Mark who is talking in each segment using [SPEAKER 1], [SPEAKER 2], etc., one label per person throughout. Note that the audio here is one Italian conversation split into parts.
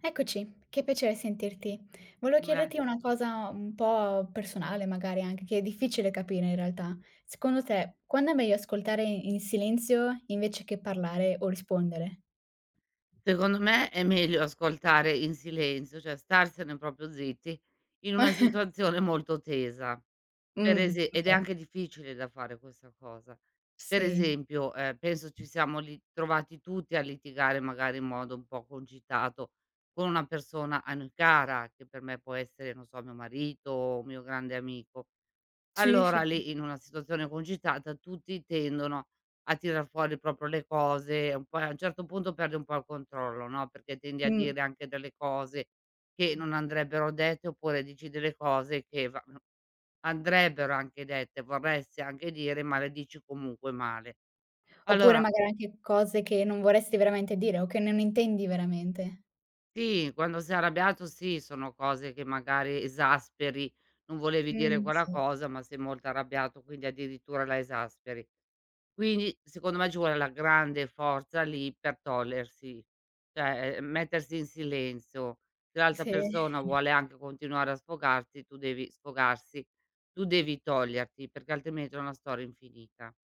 [SPEAKER 1] Eccoci, che piacere sentirti. Volevo chiederti
[SPEAKER 2] Grazie.
[SPEAKER 1] Gra una cosa un po' personale magari anche, che è difficile capire in realtà. Secondo te, quando è meglio ascoltare in silenzio invece che parlare o rispondere?
[SPEAKER 2] Secondo me è meglio ascoltare in silenzio, cioè starsene proprio zitti, in una situazione molto tesa. Per ese Ed è
[SPEAKER 1] Okay.
[SPEAKER 2] anche difficile da fare questa cosa. Per
[SPEAKER 1] Sì.
[SPEAKER 2] esempio, penso ci siamo li trovati tutti a litigare magari in modo un po' concitato con una persona a noi cara, che per me può essere, non so, mio marito o un mio grande amico.
[SPEAKER 1] Sì,
[SPEAKER 2] Allora
[SPEAKER 1] sì.
[SPEAKER 2] lì, in una situazione concitata, tutti tendono a tirar fuori proprio le cose, un po' a un certo punto perdi un po' il controllo, no, perché tendi a
[SPEAKER 1] Mh.
[SPEAKER 2] dire anche delle cose che non andrebbero dette, oppure dici delle cose che va no, andrebbero anche dette, vorresti anche dire, ma le dici comunque male.
[SPEAKER 1] Oppure
[SPEAKER 2] Allora.
[SPEAKER 1] magari anche cose che non vorresti veramente dire o che non intendi veramente.
[SPEAKER 2] Sì, quando sei arrabbiato, sì, sono cose che magari esasperi, non volevi dire
[SPEAKER 1] Mh.
[SPEAKER 2] quella
[SPEAKER 1] Sì.
[SPEAKER 2] cosa, ma sei molto arrabbiato, quindi addirittura la esasperi. Quindi secondo me ci vuole la grande forza lì per togliersi, cioè, mettersi in silenzio. Se l'altra
[SPEAKER 1] Sì.
[SPEAKER 2] persona vuole anche continuare a sfogarsi, tu devi toglierti, perché altrimenti è una storia infinita.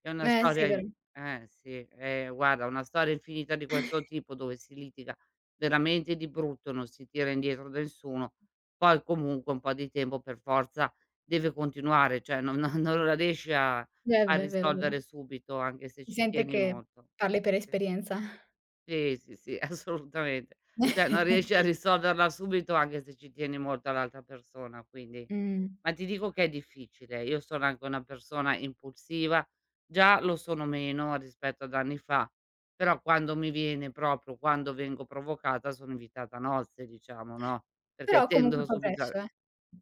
[SPEAKER 2] È una
[SPEAKER 1] Eh sì, è
[SPEAKER 2] storia in
[SPEAKER 1] vero.
[SPEAKER 2] Eh, sì, guarda, una storia infinita di questo tipo dove si litiga veramente di brutto, non si tira indietro da nessuno. Poi comunque un po' di tempo per forza deve continuare, cioè non non non la riesci a
[SPEAKER 1] È ve vero, è vero.
[SPEAKER 2] risolvere subito, anche se
[SPEAKER 1] Si
[SPEAKER 2] ci
[SPEAKER 1] sente
[SPEAKER 2] tieni
[SPEAKER 1] che
[SPEAKER 2] molto.
[SPEAKER 1] parli per
[SPEAKER 2] Sì.
[SPEAKER 1] esperienza.
[SPEAKER 2] Sì, sì, sì, assolutamente. Cioè, non riesci a risolverla subito anche se ci tieni molto all'altra persona,
[SPEAKER 1] Mh.
[SPEAKER 2] ma ti dico che è difficile. Io sono anche una persona impulsiva, già lo sono meno rispetto ad anni fa, però quando mi viene proprio quando vengo provocata sono invitata a nozze, diciamo, no, perché
[SPEAKER 1] Però comunque
[SPEAKER 2] tendo subito a
[SPEAKER 1] progresso, eh.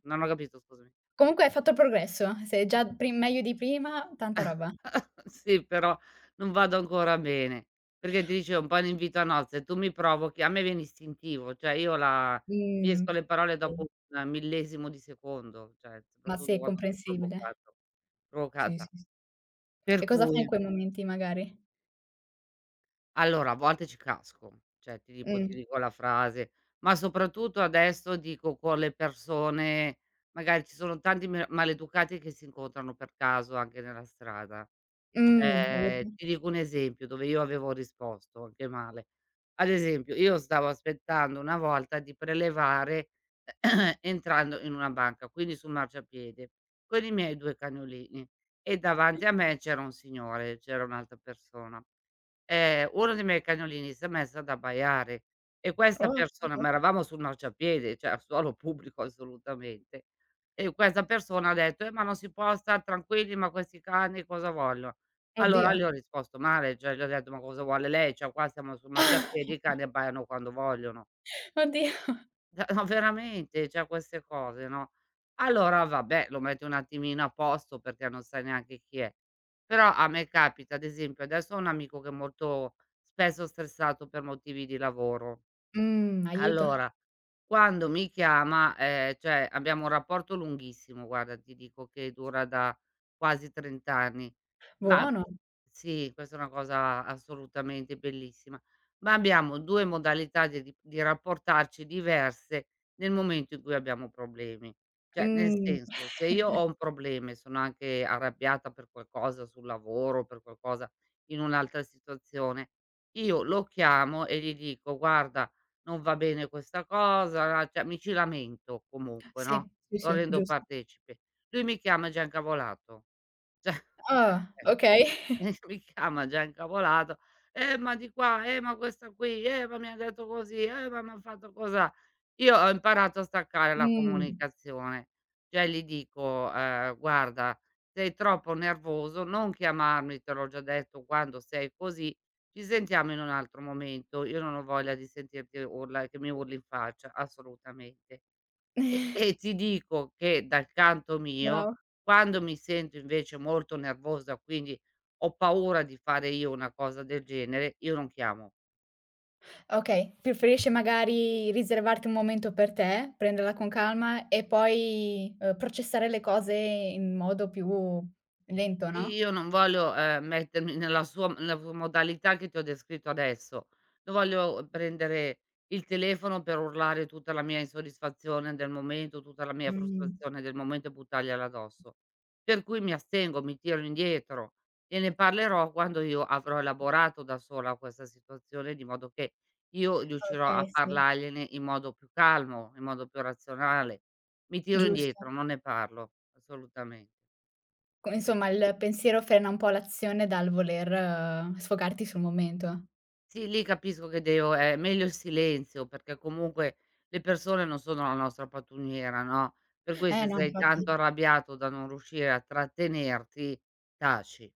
[SPEAKER 2] non ho capito, scusami.
[SPEAKER 1] Comunque hai fatto progresso. Sei già pri meglio di prima, tanta roba.
[SPEAKER 2] Sì, però non vado ancora bene, perché ti dicevo un po' in invito a nozze, tu mi provochi a me viene istintivo, cioè io la mi
[SPEAKER 1] Mh.
[SPEAKER 2] escono le parole
[SPEAKER 1] Sì.
[SPEAKER 2] dopo un millesimo di secondo, cioè
[SPEAKER 1] Ma sì,
[SPEAKER 2] soprattutto
[SPEAKER 1] è
[SPEAKER 2] quando son
[SPEAKER 1] comprensibile.
[SPEAKER 2] provocato
[SPEAKER 1] Sì, sì,
[SPEAKER 2] provocata.
[SPEAKER 1] sì. E
[SPEAKER 2] Per
[SPEAKER 1] cosa fai in
[SPEAKER 2] cui
[SPEAKER 1] quei momenti magari?
[SPEAKER 2] allora a volte ci casco, cioè ti dico ti
[SPEAKER 1] Mh.
[SPEAKER 2] dico la frase, ma soprattutto adesso dico con le persone magari ci sono tanti me maleducati che si incontrano per caso anche nella strada.
[SPEAKER 1] Mh,
[SPEAKER 2] Ti dico un esempio dove io avevo risposto anche male. Ad esempio, io stavo aspettando una volta di prelevare entrando in una banca, quindi sul marciapiede, con i miei 2 cagnolini e davanti a me c'era un signore, c'era un'altra persona. Uno dei miei cagnolini si è messo ad abbaiare e questa
[SPEAKER 1] oh,
[SPEAKER 2] persona
[SPEAKER 1] okay.
[SPEAKER 2] ma eravamo sul marciapiede, cioè al suolo pubblico assolutamente, e questa persona ha detto: ma non si può star tranquilli, ma questi cani cosa vogliono?" Allora
[SPEAKER 1] Oddio.
[SPEAKER 2] le ho risposto male, cioè gli ho detto: "Ma cosa vuole lei? Cioè qua siamo sul marciapiede, i cani abbaiano quando vogliono."
[SPEAKER 1] Oddio.
[SPEAKER 2] Da no, veramente, cioè queste cose, no. Allora vabbè, lo metti un attimino a posto perché non sai neanche chi è. Però a me capita, ad esempio, adesso ho un amico che è molto spesso stressato per motivi di lavoro.
[SPEAKER 1] Aiuto.
[SPEAKER 2] Allora, quando mi chiama, cioè abbiamo un rapporto lunghissimo, guarda, ti dico che dura da quasi 30 anni, ma
[SPEAKER 1] Buono.
[SPEAKER 2] sì, questa è una cosa assolutamente bellissima, ma abbiamo 2 modalità di rapportarci diverse nel momento in cui abbiamo problemi. Cioè, nel
[SPEAKER 1] Mh.
[SPEAKER 2] senso, se io ho un problema e sono anche arrabbiata per qualcosa sul lavoro, per qualcosa in un'altra situazione, io lo chiamo e gli dico: "Guarda, non va bene questa cosa", cioè mi ci lamento comunque,
[SPEAKER 1] Sì,
[SPEAKER 2] no,
[SPEAKER 1] sì,
[SPEAKER 2] lo
[SPEAKER 1] sì,
[SPEAKER 2] rendo
[SPEAKER 1] giusto.
[SPEAKER 2] partecipe. Lui mi chiama già incavolato. Cioè
[SPEAKER 1] Ah, okay.
[SPEAKER 2] mi chiama già incavolato: ma di qua, ma questa qui, ma mi ha detto così, ma m'ha fatto cosà". Io ho imparato a staccare la
[SPEAKER 1] Mh.
[SPEAKER 2] comunicazione, cioè gli dico, "Guarda, sei troppo nervoso, non chiamarmi, te l'ho già detto, quando sei così, ci sentiamo in un altro momento. Io non ho voglia di sentirti urla che mi urli in faccia, assolutamente". E ti dico che dal canto mio,
[SPEAKER 1] Wow.
[SPEAKER 2] quando mi sento invece molto nervosa, quindi ho paura di fare io una cosa del genere, io non chiamo.
[SPEAKER 1] Okay, preferisci magari riservarti un momento per te, prenderla con calma e poi, processare le cose in modo più lento,
[SPEAKER 2] Sì,
[SPEAKER 1] no,
[SPEAKER 2] io non voglio, mettermi nella sua nella v modalità che ti ho descritto adesso. Non voglio prendere il telefono per urlare tutta la mia insoddisfazione del momento, tutta la mia
[SPEAKER 1] mh,
[SPEAKER 2] frustrazione del momento e buttargliela addosso. Per cui mi astengo, mi tiro indietro e ne parlerò quando io avrò elaborato da sola questa situazione, di modo che io riuscirò
[SPEAKER 1] okay,
[SPEAKER 2] a
[SPEAKER 1] sì,
[SPEAKER 2] parlargliene in modo più calmo, in modo più razionale. Mi tiro
[SPEAKER 1] giusto.
[SPEAKER 2] indietro, non ne parlo assolutamente.
[SPEAKER 1] Co Insomma il pensiero frena un po' l'azione dal voler sfogarti sul momento.
[SPEAKER 2] Sì, lì capisco che devo è meglio il silenzio, perché comunque le persone non sono la nostra pattumiera, no, per cui
[SPEAKER 1] Eh
[SPEAKER 2] se
[SPEAKER 1] no,
[SPEAKER 2] sei
[SPEAKER 1] infatti.
[SPEAKER 2] tanto arrabbiato da non riuscire a trattenerti, taci,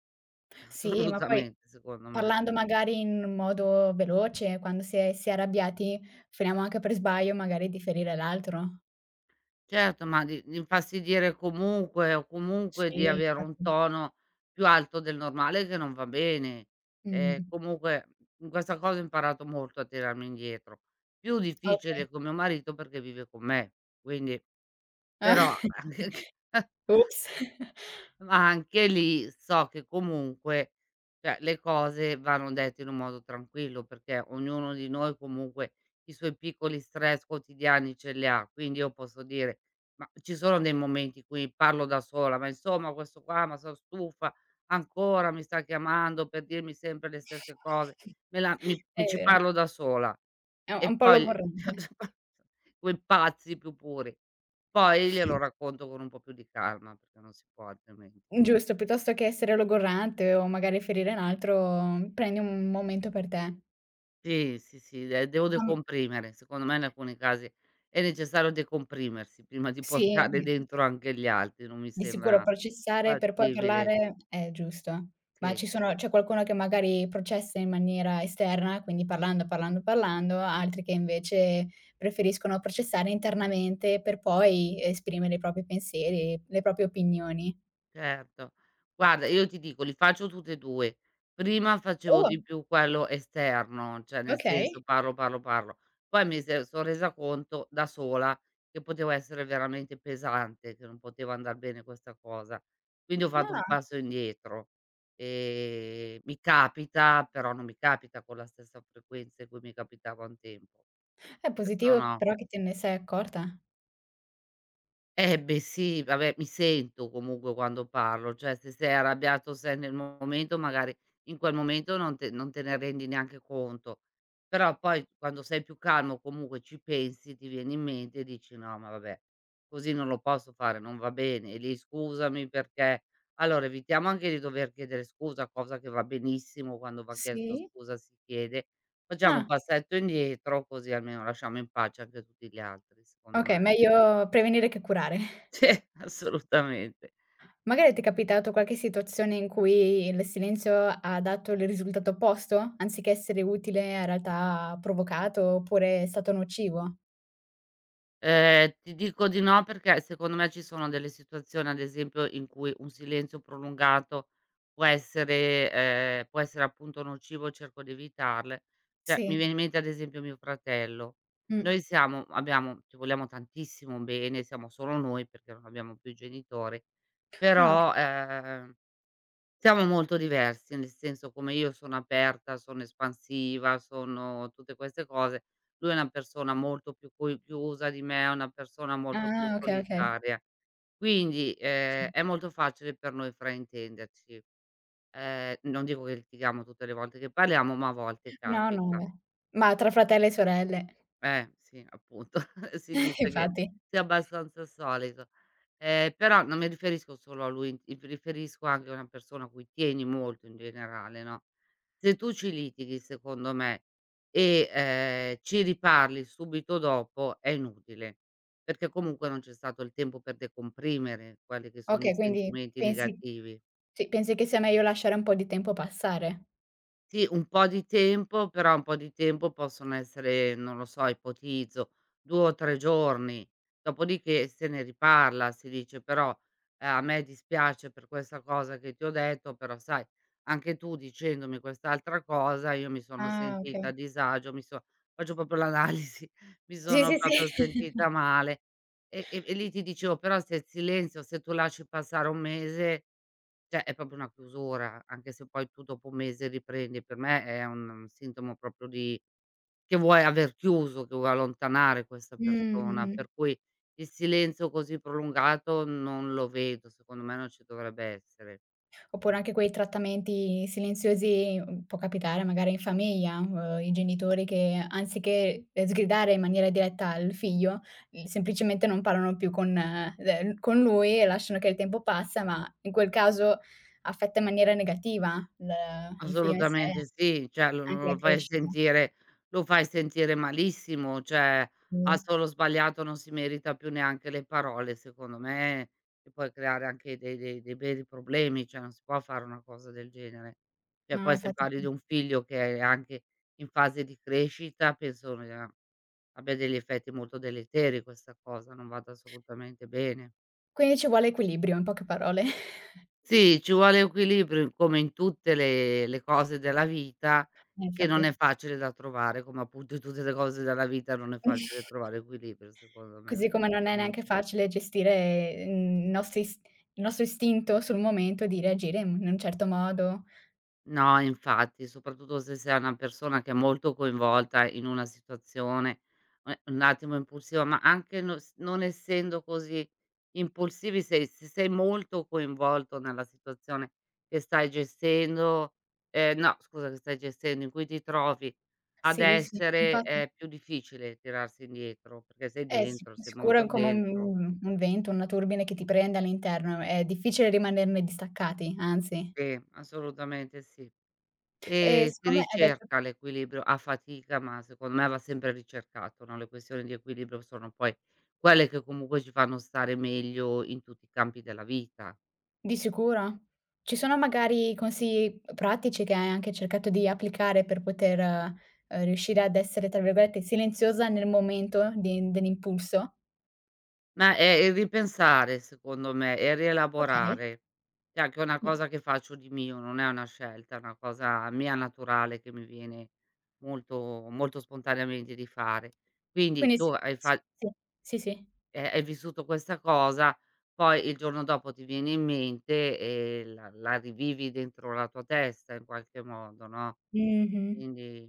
[SPEAKER 1] Sì, ma poi
[SPEAKER 2] assolutamente secondo me.
[SPEAKER 1] parlando magari in modo veloce, quando si è arrabbiati, finiamo anche per sbaglio magari di ferire l'altro.
[SPEAKER 2] Certo, ma di infastidire comunque o comunque di
[SPEAKER 1] Sì,
[SPEAKER 2] avere un
[SPEAKER 1] infatti.
[SPEAKER 2] tono più alto del normale che non va bene.
[SPEAKER 1] Mh,
[SPEAKER 2] Comunque in questa cosa ho imparato molto a tirarmi indietro. Più
[SPEAKER 1] okay.
[SPEAKER 2] difficile con mio marito perché vive con me, quindi
[SPEAKER 1] Ah.
[SPEAKER 2] però
[SPEAKER 1] Ops.
[SPEAKER 2] ma anche lì so che comunque, cioè le cose vanno dette in un modo tranquillo, perché ognuno di noi comunque i suoi piccoli stress quotidiani ce li ha. Quindi io posso dire: "Ma ci sono dei momenti in cui parlo da sola, ma insomma questo qua, ma son stufa, ancora mi sta chiamando per dirmi sempre le stesse cose, me la mi
[SPEAKER 1] È
[SPEAKER 2] mi ci
[SPEAKER 1] vero,
[SPEAKER 2] parlo da sola".
[SPEAKER 1] è un
[SPEAKER 2] E
[SPEAKER 1] po'
[SPEAKER 2] poi
[SPEAKER 1] logorrante.
[SPEAKER 2] quei pazzi più puri. Poi glielo racconto con un po' più di calma, perché non si può altrimenti.
[SPEAKER 1] Giusto, piuttosto che essere logorrante o magari ferire un altro, prendi un momento per te.
[SPEAKER 2] Sì, sì, sì, de devo
[SPEAKER 1] Am
[SPEAKER 2] decomprimere. Secondo me in alcuni casi è necessario decomprimersi prima di
[SPEAKER 1] Sì,
[SPEAKER 2] portare
[SPEAKER 1] di
[SPEAKER 2] dentro anche gli altri, non mi
[SPEAKER 1] di sicuro
[SPEAKER 2] sembra
[SPEAKER 1] processare per poi
[SPEAKER 2] fattibile.
[SPEAKER 1] parlare è giusto. Ma ci
[SPEAKER 2] Sì.
[SPEAKER 1] sono C'è qualcuno che magari processa in maniera esterna, quindi parlando, parlando, parlando, altri che invece preferiscono processare internamente per poi esprimere i propri pensieri, le proprie opinioni.
[SPEAKER 2] Certo. Guarda, io ti dico, li faccio tutte e 2. Prima facevo
[SPEAKER 1] Oh,
[SPEAKER 2] di più quello esterno, cioè nel senso
[SPEAKER 1] okay.
[SPEAKER 2] parlo, parlo, parlo. Poi mi se son resa conto da sola che potevo essere veramente pesante, che non poteva andar bene questa cosa. Quindi ho fatto
[SPEAKER 1] Ah,
[SPEAKER 2] un passo indietro. Mi capita, però non mi capita con la stessa frequenza in cui mi capitava un tempo.
[SPEAKER 1] è
[SPEAKER 2] Questo
[SPEAKER 1] positivo
[SPEAKER 2] no.
[SPEAKER 1] però che te ne sei accorta?
[SPEAKER 2] Eh, beh, sì, vabbè, mi sento comunque quando parlo, cioè se sei arrabbiato sei nel momento, magari in quel momento non te ne rendi neanche conto, però poi quando sei più calmo comunque ci pensi, ti viene in mente e dici: "No, ma vabbè, così non lo posso fare, non va bene". E lì: "Scusami perché" allora evitiamo anche di dover chiedere scusa, cosa che va benissimo, quando va chiesto
[SPEAKER 1] Sì.
[SPEAKER 2] scusa si chiede. Facciamo un
[SPEAKER 1] Ah,
[SPEAKER 2] passetto indietro, così almeno lasciamo in pace anche tutti gli altri, secondo me.
[SPEAKER 1] okay, meglio prevenire che curare.
[SPEAKER 2] Sì, assolutamente.
[SPEAKER 1] Magari ti è capitato qualche situazione in cui il silenzio ha dato il risultato opposto? Anziché essere utile, in realtà ha provocato oppure è stato nocivo?
[SPEAKER 2] Ti dico di no perché secondo me ci sono delle situazioni, ad esempio, in cui un silenzio prolungato può essere può essere appunto nocivo, cerco di evitarle. Cioè, mi
[SPEAKER 1] Sì,
[SPEAKER 2] viene in mente ad esempio mio fratello.
[SPEAKER 1] mh.
[SPEAKER 2] Noi siamo Abbiamo, ci vogliamo tantissimo bene, siamo solo noi perché non abbiamo più i genitori,
[SPEAKER 1] Ah, okay.
[SPEAKER 2] però, siamo molto diversi, nel senso come io sono aperta, sono espansiva, sono tutte queste cose, lui è una persona molto più cui chiusa di me, è una persona molto più
[SPEAKER 1] Ah, okay, okay.
[SPEAKER 2] solitaria. Quindi, è molto facile per noi fraintenderci. Non dico che litighiamo tutte le volte che parliamo, ma a volte
[SPEAKER 1] No, no,
[SPEAKER 2] capita.
[SPEAKER 1] vabbè. Ma tra fratelli e sorelle.
[SPEAKER 2] Sì, appunto, si dice che
[SPEAKER 1] Infatti.
[SPEAKER 2] sia abbastanza solito. Però non mi riferisco solo a lui, mi riferisco anche a una persona a cui tieni molto in generale, no, se tu ci litighi secondo me e, ci riparli subito dopo è inutile, perché comunque non c'è stato il tempo per decomprimere quelli che sono i
[SPEAKER 1] Okay, quindi
[SPEAKER 2] sentimenti
[SPEAKER 1] pensi
[SPEAKER 2] negativi.
[SPEAKER 1] sì, pensi che sia meglio lasciare un po' di tempo passare?
[SPEAKER 2] Sì, un po' di tempo, però un po' di tempo possono essere, non lo so, ipotizzo 2 o 3 giorni, dopodiché se ne riparla, si dice: "Però, a me dispiace per questa cosa che ti ho detto, però sai, anche tu dicendomi quest'altra cosa io mi sono
[SPEAKER 1] Ah,
[SPEAKER 2] sentita
[SPEAKER 1] okay.
[SPEAKER 2] a disagio, mi so" faccio proprio l'analisi, "mi
[SPEAKER 1] Sì,
[SPEAKER 2] sono
[SPEAKER 1] sì,
[SPEAKER 2] proprio
[SPEAKER 1] sì.
[SPEAKER 2] sentita male". E lì ti dicevo: "Però se il silenzio se tu lasci passare un mese, cioè è proprio una chiusura, anche se poi tu dopo un mese riprendi, per me è un sintomo proprio di che vuoi aver chiuso, che vuoi allontanare questa persona,
[SPEAKER 1] Mh-mh.
[SPEAKER 2] per cui il silenzio così prolungato non lo vedo, secondo me non ci dovrebbe essere". Mh.
[SPEAKER 1] Oppure anche quei trattamenti silenziosi, mhmm, può capitare magari in famiglia, i genitori che anziché, sgridare in maniera diretta al figlio, l semplicemente non parlano più con l con lui e lasciano che il tempo passa, ma in quel caso affetta in maniera negativa l il figlio in sé,
[SPEAKER 2] Assolutamente sì, cioè lo
[SPEAKER 1] anche
[SPEAKER 2] non
[SPEAKER 1] la
[SPEAKER 2] lo fai
[SPEAKER 1] crescita.
[SPEAKER 2] sentire, lo fai sentire malissimo, cioè ha
[SPEAKER 1] Sì.
[SPEAKER 2] solo sbagliato, non si merita più neanche le parole secondo me, e puoi creare anche dei veri problemi, cioè non si può fare una cosa del genere. Cioè
[SPEAKER 1] No,
[SPEAKER 2] poi se
[SPEAKER 1] infatti.
[SPEAKER 2] parli di un figlio che è anche in fase di crescita penso ne a abbia degli effetti molto deleteri questa cosa, non vada assolutamente bene.
[SPEAKER 1] Quindi ci vuole equilibrio, in poche parole.
[SPEAKER 2] Sì, ci vuole equilibrio come in tutte le cose della vita, che non è
[SPEAKER 1] Infatti.
[SPEAKER 2] facile da trovare, come appunto in tutte le cose della vita non è facile trovare equilibrio secondo me,
[SPEAKER 1] Così come non è neanche
[SPEAKER 2] assolutamente.
[SPEAKER 1] facile gestire, mhmm, i nostri is il nostro istinto sul momento di reagire in un certo modo.
[SPEAKER 2] No, infatti, soprattutto se sei una persona che è molto coinvolta in una situazione, un attimo impulsiva, ma anche no, s non essendo così impulsivi, se sei molto coinvolto nella situazione che stai gestendo, no, scusa, che stai gestendo, in cui ti trovi ad
[SPEAKER 1] Sì, sì,
[SPEAKER 2] essere,
[SPEAKER 1] infatti
[SPEAKER 2] è più difficile tirarsi indietro, perché sei
[SPEAKER 1] eh sì,
[SPEAKER 2] dentro, sei
[SPEAKER 1] sicuro è
[SPEAKER 2] molto
[SPEAKER 1] come
[SPEAKER 2] dentro.
[SPEAKER 1] un vento, una turbine che ti prende all'interno, è difficile rimanerne distaccati, anzi.
[SPEAKER 2] Sì, assolutamente sì.
[SPEAKER 1] E
[SPEAKER 2] Si
[SPEAKER 1] siccome hai detto
[SPEAKER 2] ricerca l'equilibrio a fatica, ma secondo me va sempre ricercato, no, le questioni di equilibrio sono poi quelle che comunque ci fanno stare meglio in tutti i campi della vita.
[SPEAKER 1] Di sicuro. Ci sono magari consigli pratici che hai anche cercato di applicare per poter, riuscire ad essere, tra virgolette, "silenziosa" nel momento di dell'impulso?
[SPEAKER 2] Ma è ripensare secondo me e
[SPEAKER 1] Okay.
[SPEAKER 2] rielaborare. È anche una
[SPEAKER 1] Mh.
[SPEAKER 2] cosa che faccio di mio, non è una scelta, è una cosa mia naturale che mi viene molto molto spontaneamente di fare. Quindi
[SPEAKER 1] Quindi
[SPEAKER 2] tu
[SPEAKER 1] sì,
[SPEAKER 2] hai
[SPEAKER 1] s
[SPEAKER 2] fa
[SPEAKER 1] sì, sì, sì.
[SPEAKER 2] Hai vissuto questa cosa, poi il giorno dopo ti viene in mente e la rivivi dentro la tua testa in qualche modo, no,
[SPEAKER 1] Mh-mh.
[SPEAKER 2] quindi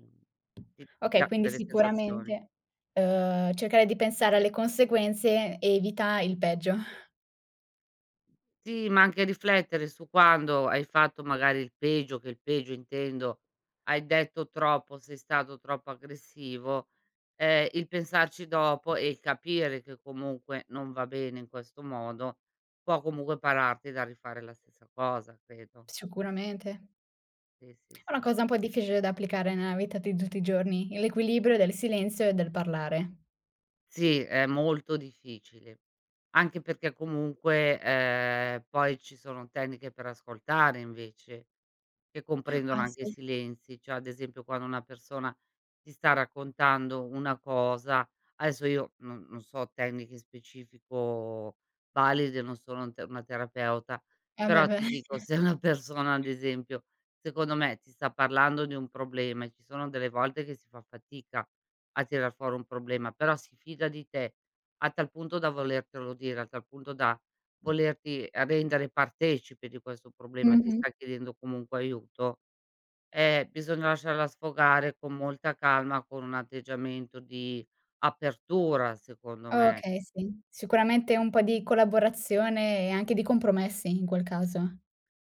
[SPEAKER 2] ti
[SPEAKER 1] Okay,
[SPEAKER 2] dà
[SPEAKER 1] quindi
[SPEAKER 2] delle sensazioni.
[SPEAKER 1] sicuramente, cercare di pensare alle conseguenze evita il peggio.
[SPEAKER 2] Sì, ma anche riflettere su quando hai fatto magari il peggio, che il peggio intendo, hai detto troppo, sei stato troppo aggressivo, il pensarci dopo e il capire che comunque non va bene in questo modo, può comunque pararti dal rifare la stessa cosa, credo.
[SPEAKER 1] Sicuramente.
[SPEAKER 2] Sì, sì,
[SPEAKER 1] È una
[SPEAKER 2] sì.
[SPEAKER 1] cosa un po' difficile da applicare nella vita di tutti i giorni, l'equilibrio del silenzio e del parlare.
[SPEAKER 2] Sì, è molto difficile, anche perché comunque, poi ci sono tecniche per ascoltare invece, che comprendono
[SPEAKER 1] Ah
[SPEAKER 2] anche i
[SPEAKER 1] sì.
[SPEAKER 2] silenzi, cioè ad esempio quando una persona ti sta raccontando una cosa, adesso io non so tecniche specifico valide, non sono un te una terapeuta,
[SPEAKER 1] Eh beh,
[SPEAKER 2] però
[SPEAKER 1] beh.
[SPEAKER 2] ti dico se una persona ad esempio, secondo me ti sta parlando di un problema e ci sono delle volte che si fa fatica a tirar fuori un problema, però si fida di te a tal punto da volertelo dire, a tal punto da volerti, rendere partecipe di questo problema, ti
[SPEAKER 1] Mh-mh.
[SPEAKER 2] sta chiedendo comunque aiuto, bisogna lasciarla sfogare con molta calma, con un atteggiamento di apertura secondo me.
[SPEAKER 1] Okay, sì. Sicuramente un po' di collaborazione e anche di compromessi in quel caso.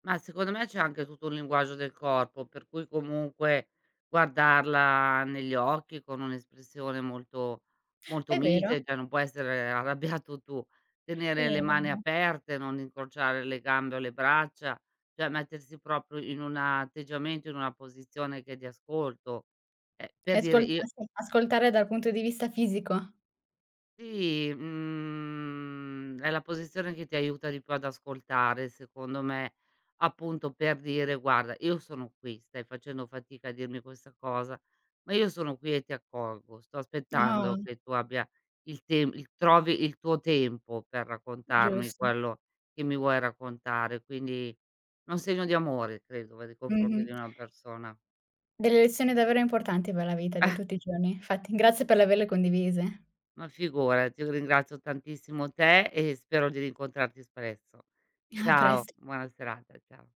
[SPEAKER 2] Ma secondo me c'è anche tutto un linguaggio del corpo, per cui comunque guardarla negli occhi con un'espressione molto molto
[SPEAKER 1] È vero,
[SPEAKER 2] mite, cioè non può essere arrabbiato tu,
[SPEAKER 1] è
[SPEAKER 2] tenere
[SPEAKER 1] vero,
[SPEAKER 2] le
[SPEAKER 1] è
[SPEAKER 2] mani
[SPEAKER 1] vero.
[SPEAKER 2] aperte, non incrociare le gambe o le braccia, cioè mettersi proprio in un atteggiamento, in una posizione che è di ascolto. Per
[SPEAKER 1] E
[SPEAKER 2] dire io.
[SPEAKER 1] ascoltare dal punto di vista fisico.
[SPEAKER 2] Sì, è la posizione che ti aiuta di più ad ascoltare, secondo me, appunto per dire: "Guarda, io sono qui, stai facendo fatica a dirmi questa cosa, ma io sono qui e ti accolgo. Sto
[SPEAKER 1] Oh.
[SPEAKER 2] aspettando che tu abbia il trovi il tuo tempo per raccontarmi
[SPEAKER 1] Giusto.
[SPEAKER 2] quello che mi vuoi raccontare". Quindi è un segno di amore, credo, nei confronti
[SPEAKER 1] Mh-mh.
[SPEAKER 2] di una persona.
[SPEAKER 1] Delle lezioni davvero importanti per la vita di tutti i giorni. Infatti, grazie per averle condivise.
[SPEAKER 2] Ma figurati, io ringrazio tantissimo te e spero di rincontrarti spesso.
[SPEAKER 1] A
[SPEAKER 2] Ciao,
[SPEAKER 1] presto.
[SPEAKER 2] buona serata, ciao.